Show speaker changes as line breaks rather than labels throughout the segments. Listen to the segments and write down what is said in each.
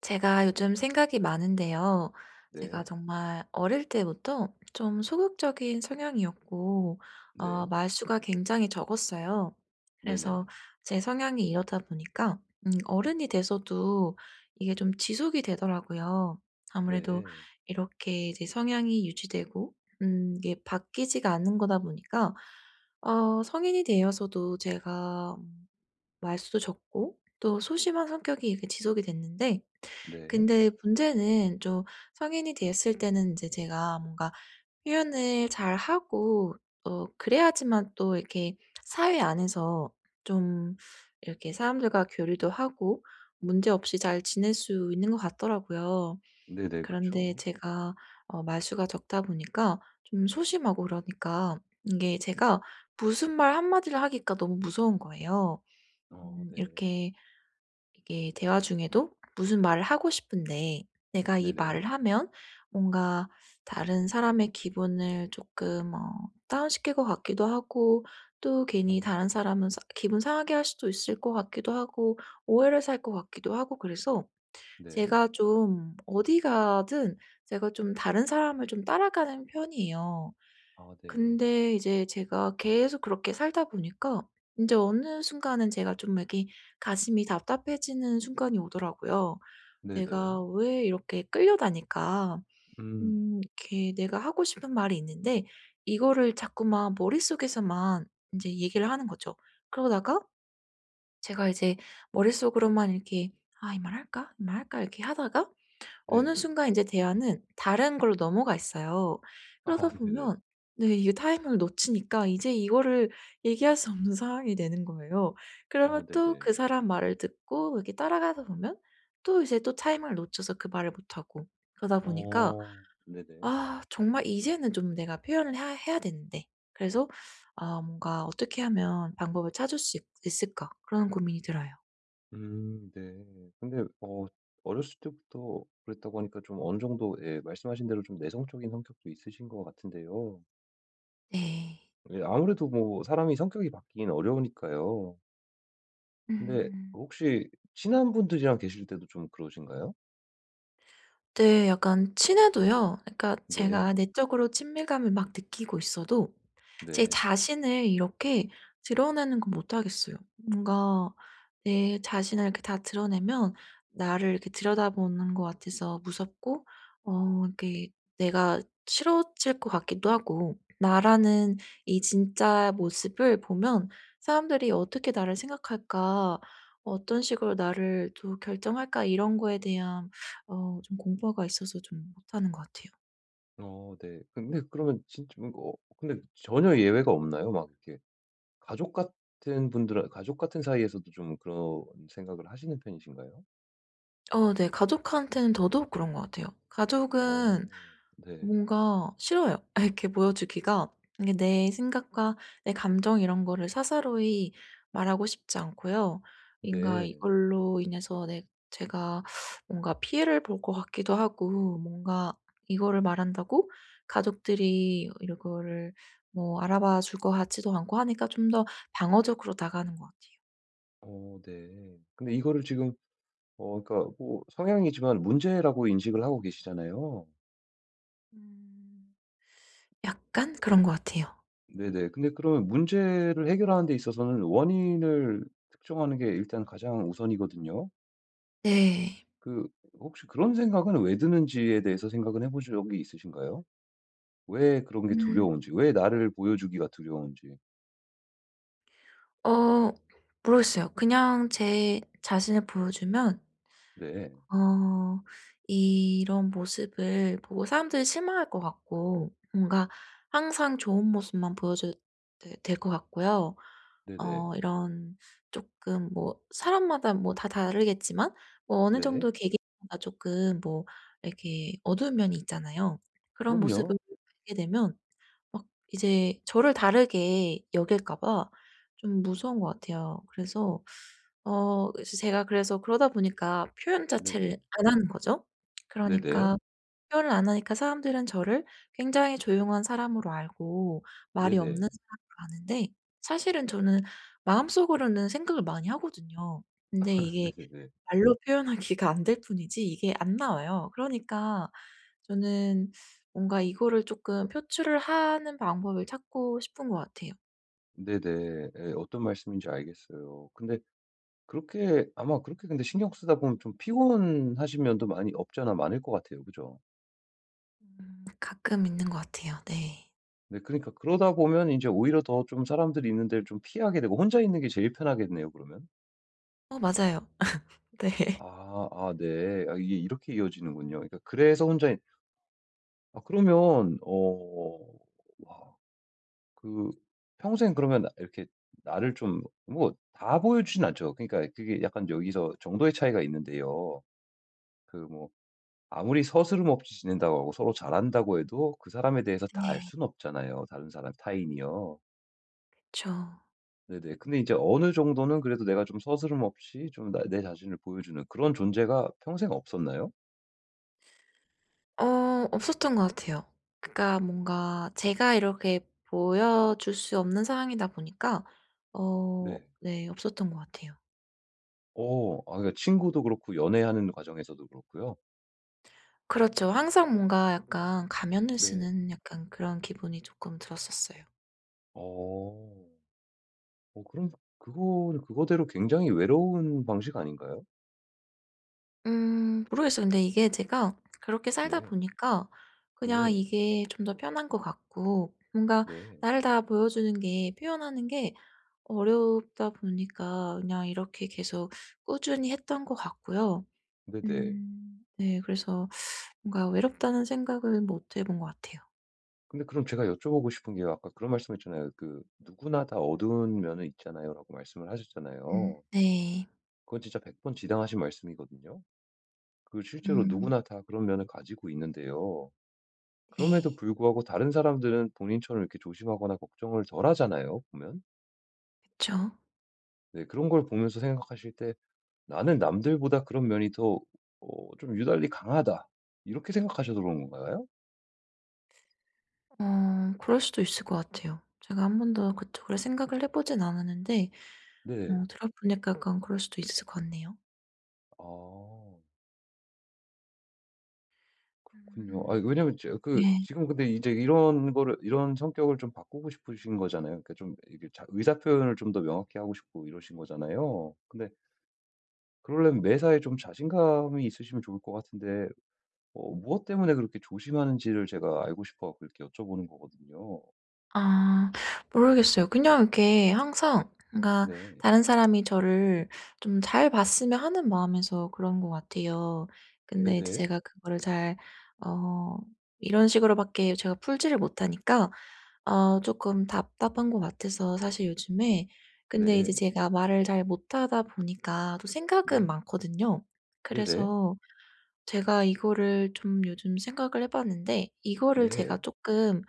제가 요즘 생각이 많은데요. 제가
네.
정말 어릴 때부터 좀 소극적인 성향이었고
네.
말수가 굉장히 적었어요.
네네.
그래서 제 성향이 이러다 보니까 어른이 돼서도 이게 좀 지속이 되더라고요. 아무래도
네.
이렇게 이제 성향이 유지되고 이게 바뀌지가 않는 거다 보니까 성인이 되어서도 제가 말수도 적고 또 소심한 성격이 이렇게 지속이 됐는데,
네.
근데 문제는 좀 성인이 됐을 때는 이제 제가 뭔가 표현을 잘하고 그래야지만 또 이렇게 사회 안에서 좀 이렇게 사람들과 교류도 하고 문제없이 잘 지낼 수 있는 것 같더라고요.
네네.
그런데
그쵸.
제가 말수가 적다 보니까 좀 소심하고 그러니까 이게 제가 무슨 말 한 마디를 하기가 너무 무서운 거예요.
어 네.
이렇게 이게 대화 중에도 무슨 말을 하고 싶은데 내가 이
네네.
말을 하면 뭔가 다른 사람의 기분을 조금 다운시킬 것 같기도 하고 또
어
괜히 다른 사람은 사 기분 상하게 할 수도 있을 것 같기도 하고 오해를 살 것 같기도 하고 그래서
네.
제가 좀 어디 가든 제가 좀 다른 사람을 좀 따라가는 편이에요.
아 네.
근데 이제 제가 계속 그렇게 살다 보니까 인제 어느 순간은 제가 좀 이렇게 가슴이 답답해지는 순간이 오더라고요.
네네.
내가 왜 이렇게 끌려다닐까?
음
이렇게 내가 하고 싶은 말이 있는데 이거를 자꾸만 머릿속에서만 인제 얘기를 하는 거죠. 그러다가 제가 이제 머릿속으로만 이렇게 '아, 이 말 할까? 이 말 할까?' 이렇게 하다가 어느
네.
순간 이제 대화는 다른 걸로 넘어가 있어요. 그러다
아 네네.
보면 네, 이게 타이밍을 놓치니까 이제 이거를 얘기할 수 없는 상황이 되는 거예요.
아
그러면 또 그
네네.
사람 말을 듣고 이렇게 따라가다 보면 또 이제 또 타이밍을 놓쳐서 그 말을 못 하고 그러다 보니까
어 네네.
'아, 정말 이제는 좀 내가 표현을 해야 되는데.' 그래서 아 뭔가 '어떻게 하면 방법을 찾을 수 있 있을까?' 그런 고민이 들어요.
네. 근데 어 어렸을 때부터 그랬다고 하니까 좀 어느 정도 예 말씀하신 대로 좀 내성적인 성격도 있으신 것 같은데요.
네.
예 아무래도 뭐 사람이 성격이 바뀌긴 어려우니까요. 근데
음.
혹시 친한 분들이랑 계실 때도 좀 그러신가요?
네. 약간 친해도요. 그러니까
네.
제가 내적으로 친밀감을 막 느끼고 있어도 제
네.
자신을 이렇게 드러내는 건 못 하겠어요. 뭔가 내 자신을 이렇게 다 드러내면 나를 이렇게 들여다보는 것 같아서 무섭고, 이렇게 내가 싫어질 것 같기도 하고 나라는 이 진짜 모습을 보면 '사람들이 어떻게 나를 생각할까? 어떤 식으로 나를 또 결정할까?' 이런 거에 대한 좀 공부가 있어서 좀 못하는 것 같아요.
어 네. 근데 그러면 진짜 뭔가 어 근데 전혀 예외가 없나요? 막 이렇게 가족 같은 분들하 가족 같은 사이에서도 좀 그런 생각을 하시는 편이신가요?
어 네. 가족한테는 더더욱 그런 것 같아요.
어.
가족은
네.
뭔가 싫어요. 아 이렇게 보여주기가, 이게 내 생각과 내 감정 이런 거를 사사로이 말하고 싶지 않고요. 뭔가
네.
이걸로 인해서 내 제가 뭔가 피해를 볼 것 같기도 하고 뭔가 이거를 말한다고 가족들이 이거를 뭐 알아봐 줄 것 같지도 않고 하니까 좀 더 방어적으로 나가는 것 같아요.
어 네. 근데 이거를 지금 어 그러니까 뭐 성향이지만 문제라고 인식을 하고 계시잖아요.
음. 약간 그런 것 같아요.
네네. 근데 그러면 문제를 해결하는 데 있어서는 원인을 특정하는 게 일단 가장 우선이거든요.
네.
그 혹시 그런 생각은 왜 드는지에 대해서 생각은 해 보신 적이 있으신가요? 왜 그런 게
음.
두려운지, 왜 나를 보여주기가 두려운지.
어 모르겠어요. 그냥 제 자신을 보여주면
네.
어 이런 모습을 보고 사람들이 실망할 것 같고 뭔가 항상 좋은 모습만 보여줘야 되 될 것 같고요.
네네.
이런 쪼끔 뭐 사람마다 뭐 다 다르겠지만 뭐 어느
네.
정도 계기마다 쪼끔 뭐 이렇게 어두운 면이 있잖아요. 그런
그럼요.
모습을 보게 되면 막 이제 저를 다르게 여길까 봐 좀 무서운 것 같아요. 그래서 이제 제가 그래서 그러다 보니까 표현
네네.
자체를 안 하는 거죠.
네네.
그러니까 표현을 안 하니까 사람들은 저를 굉장히 조용한 사람으로 알고 말이 없는
네네.
사람으로 아는데, 사실은 저는 마음속으로는 생각을 많이 하거든요. 근데 이게
네네네.
말로 표현하기가 안 될 뿐이지 이게 안 나와요. 그러니까 저는 뭔가 이거를 쪼끔 표출을 하는 방법을 찾고 싶은 것 같아요.
네네. 예 어떤 말씀인지 알겠어요. 근데 그렇게 아마 그렇게 근데 신경 쓰다 보면 좀 피곤하신 면도 많이 없지 않아 많을 것 같아요. 그죠?
가끔 있는 것 같아요. 네.
네 그러니까 그러다 보면 이제 오히려 더 좀 사람들이 있는 데를 좀 피하게 되고 혼자 있는 게 제일 편하겠네요 그러면.
어 맞아요. 네.
아 아 네. 아 이게 이렇게 이어지는군요. 그러니까 그래서 혼자 있 아 그러면 어 와 그 평생 그러면 이렇게 나를 좀 뭐 다 보여주진 않죠. 그러니까 그게 약간 여기서 정도의 차이가 있는데요. 그 뭐 아무리 서스름 없이 지낸다고 하고 서로 잘한다고 해도 그 사람에 대해서 다 알
네.
수는 없잖아요 다른 사람 타인이요.
그쵸.
네네. 근데 이제 어느 정도는 그래도 내가 좀 서스름 없이 좀 내 자신을 보여주는 그런 존재가 평생 없었나요?
어 없었던 것 같아요. 그러니까 뭔가 제가 이렇게 보여줄 수 없는 상황이다 보니까 어
네.
네 없었던 것 같아요.
어. 아 그러니까 친구도 그렇고 연애하는 과정에서도 그렇고요?
그렇죠. 항상 뭔가 약간 가면을
네.
쓰는 약간 그런 기분이 쪼끔 들었었어요.
어. 어 그럼 그거는 그거대로 굉장히 외로운 방식 아닌가요?
모르겠어요. 근데 이게 제가 그렇게 살다
네.
보니까 그냥
네.
이게 좀 더 편한 것 같고 뭔가
네.
나를 다 보여주는 게 표현하는 게 어렵다 보니까 그냥 이렇게 계속 꾸준히 했던 것 같고요.
네네.
음 네 그래서 뭔가 외롭다는 생각을 못 해본 것 같아요.
근데 그럼 제가 여쭤보고 싶은 게요. 아까 그런 말씀했잖아요. 그 "누구나 다 어두운 면은 있잖아요."라고 말씀을 하셨잖아요.
네.
그건 진짜 백번 지당하신 말씀이거든요. 그 실제로
음
누구나 다 그런 면을 가지고 있는데요. 그럼에도
네.
불구하고 다른 사람들은 본인처럼 이렇게 조심하거나 걱정을 덜 하잖아요, 보면.
그쵸.
네, 그런 걸 보면서 생각하실 때 '나는 남들보다 그런 면이 더 어 좀 유달리 강하다.' 이렇게 생각하셔서 그런 건가요?
그럴 수도 있을 것 같아요. 제가 한 번도 그쪽으로 생각을 해 보진 않았는데
네.
들어 보니까 약간 그럴 수도 있을 것 같네요.
아군요 아
음.
왜냐면 이제 그
네.
지금 근데 이제 이런 거를 이런 성격을 좀 바꾸고 싶으신 거잖아요. 그러니까 좀 이게 자 의사 표현을 좀 더 명확히 하고 싶고 이러신 거잖아요. 근데 그러려면 매사에 좀 자신감이 있으시면 좋을 것 같은데 어 무엇 때문에 그렇게 조심하는지를 제가 알고 싶어 갖고 이렇게 여쭤보는 거거든요.
아 모르겠어요. 그냥 이렇게 항상 뭔가
네.
다른 사람이 저를 좀 잘 봤으면 하는 마음에서 그런 것 같아요. 근데 이제
네네.
제가 그거를 잘, 어 이런 식으로밖에 제가 풀지를 못하니까 조금 답답한 것 같아서 사실 요즘에, 근데 이제
네.
제가 말을 잘 못하다 보니까 또 생각은
네.
많거든요.
네네.
그래서 제가 이거를 좀 요즘 생각을 해 봤는데 이거를 제가
네.
조금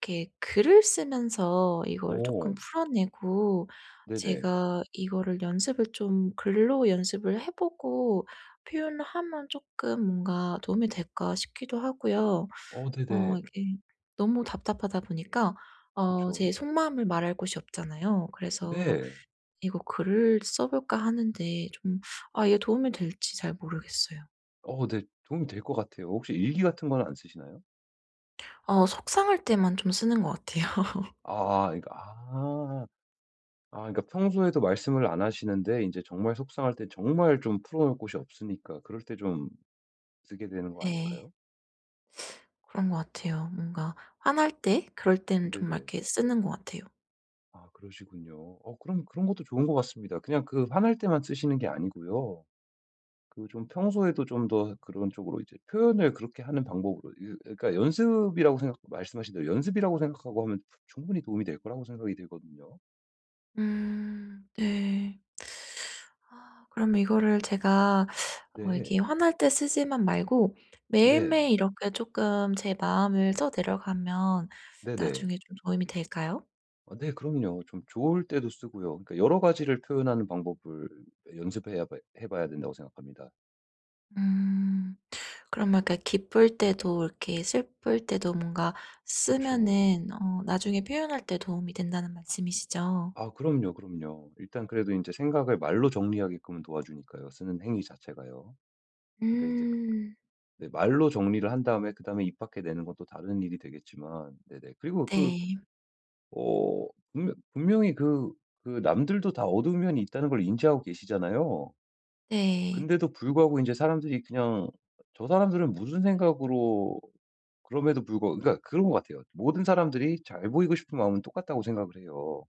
이렇게 글을 쓰면서 이걸
어.
쪼끔 풀어내고
네네.
제가 이거를 연습을 좀 글로 연습을 해 보고 표현을 하면 쪼끔 뭔가 도움이 될까 싶기도 하고요.
어 네네.
이게 너무 답답하다 보니까 제
그쵸.
속마음을 말할 곳이 없잖아요. 그래서
네.
'이거 글을 써 볼까.' 하는데 좀, 아 이게 도움이 될지 잘 모르겠어요.
어 네. 도움이 될 것 같아요. 혹시 일기 같은 건 안 쓰시나요?
어 속상할 때만 좀 쓰는 것 같아요.
아 그러니까 아. 아 그러니까 평소에도 말씀을 안 하시는데 이제 정말 속상할 때 정말 좀 풀어 놓을 곳이 없으니까 그럴 때 좀 쓰게 되는 거
네.
아닐까요?
그런 것 같아요. 뭔가 화날 때 그럴 때는 좀 막
네네.
이렇게 쓰는 것 같아요.
아 그러시군요. 어 그럼 그런 것도 좋은 것 같습니다. 그냥 그 화날 때만 쓰시는 게 아니고요. 그 좀 평소에도 좀 더 그런 쪽으로 이제 표현을 그렇게 하는 방법으로 이 그러니까 연습이라고 생각 말씀하신 대로 연습이라고 생각하고 하면 충분히 도움이 될 거라고 생각이 되거든요.
네. 아 그러면 이거를 제가 이렇게
네.
화날 때 쓰지만 말고
네.
매일매일 이렇게 조금 제 마음을 써 내려가면
네네.
나중에 좀 도움이 될까요?
아 네 그럼요. 좀 좋을 때도 쓰고요. 그러니까 여러 가지를 표현하는 방법을 연습해야 봐 해 봐야 된다고 생각합니다.
음. 그럼 약간 기쁠 때도 이렇게 슬플 때도 뭔가
그쵸.
쓰면은 나중에 표현할 때 도움이 된다는 말씀이시죠?
아 그럼요, 그럼요. 일단 그래도 이제 생각을 말로 정리하게끔은 도와주니까요, 쓰는 행위 자체가요. 그러니까 이제 그
음.
네 말로 정리를 한 다음에 그다음에 입 밖에 내는 건 또 다른 일이 되겠지만 네네. 그리고 그
네.
어 분명히 그 그 남들도 다 어두운 면이 있다는 걸 인지하고 계시잖아요.
네.
근데도 불구하고 이제 사람들이 그냥 '저 사람들은 무슨 생각으로' 그럼에도 불구하고 그러니까 그런 것 같아요. 모든 사람들이 잘 보이고 싶은 마음은 똑같다고 생각을 해요.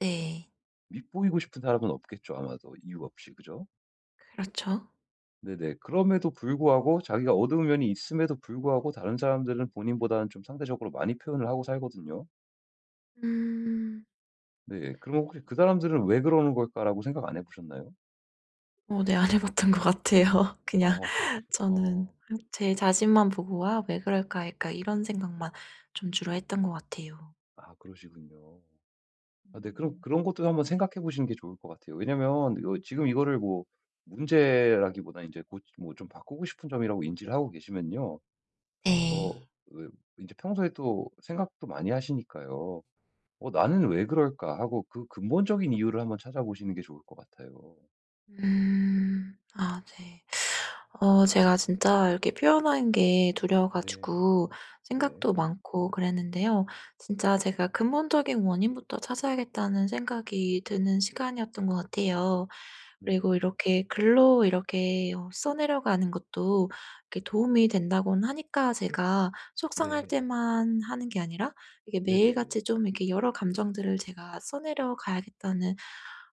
네.
밑보이고 싶은 사람은 없겠죠, 아마도 이유 없이. 그죠?
그렇죠.
네네. 그럼에도 불구하고 자기가 어두운 면이 있음에도 불구하고 다른 사람들은 본인보다는 좀 상대적으로 많이 표현을 하고 살거든요.
음.
네. 그럼 혹시 '그 사람들은 왜 그러는 걸까?'라고 생각 안 해 보셨나요?
어 네 안 해 봤던 것 같아요.
아
그냥
그렇군요.
저는
어.
제 자신만 보고 '아 왜 그럴까?' 할까 이런 생각만 좀 주로 했던 것 같아요.
아 그러시군요. 아 네. 그럼
음.
그런 것도 한번 생각해 보시는 게 좋을 것 같아요. 왜냐면 이거 지금 이거를 뭐 문제라기보다 이제 뭐 좀 바꾸고 싶은 점이라고 인지를 하고 계시면요.
네.
어왜제 평소에 또 생각도 많이 하시니까요. '어 나는 왜 그럴까?' 하고 그 근본적인 이유를 한번 찾아보시는 게 좋을 것 같아요.
음. 아 네. 제가 진짜 이렇게 표현하는 게 두려워
네.
가지고
네.
생각도 많고 그랬는데요. 진짜 제가 근본적인 원인부터 찾아야겠다는 생각이 드는 시간이었던 것 같아요.
네네.
그리고 이렇게 글로 이렇게 써내려가는 것도 이렇게 도움이 된다고는 하니까 제가 속상할
네.
때만 하는 게 아니라 이게
네네.
매일같이 좀 이렇게 여러 감정들을 제가 써내려 가야겠다는,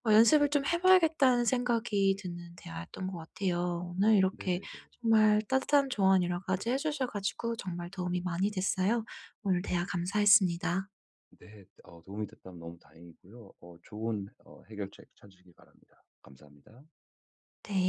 '연습을 좀 해 봐야겠다.'는 생각이 드는 대화였던 것 같아요. 오늘 이렇게
네네네.
정말 따뜻한 조언 여러 가지 해 주셔 가지고 정말 도움이 많이 됐어요. 오늘 대화 감사했습니다.
네. 어 도움이 됐다면 너무 다행이고요. 어 좋은 어 해결책 찾으시기 바랍니다. 감사합니다.
네.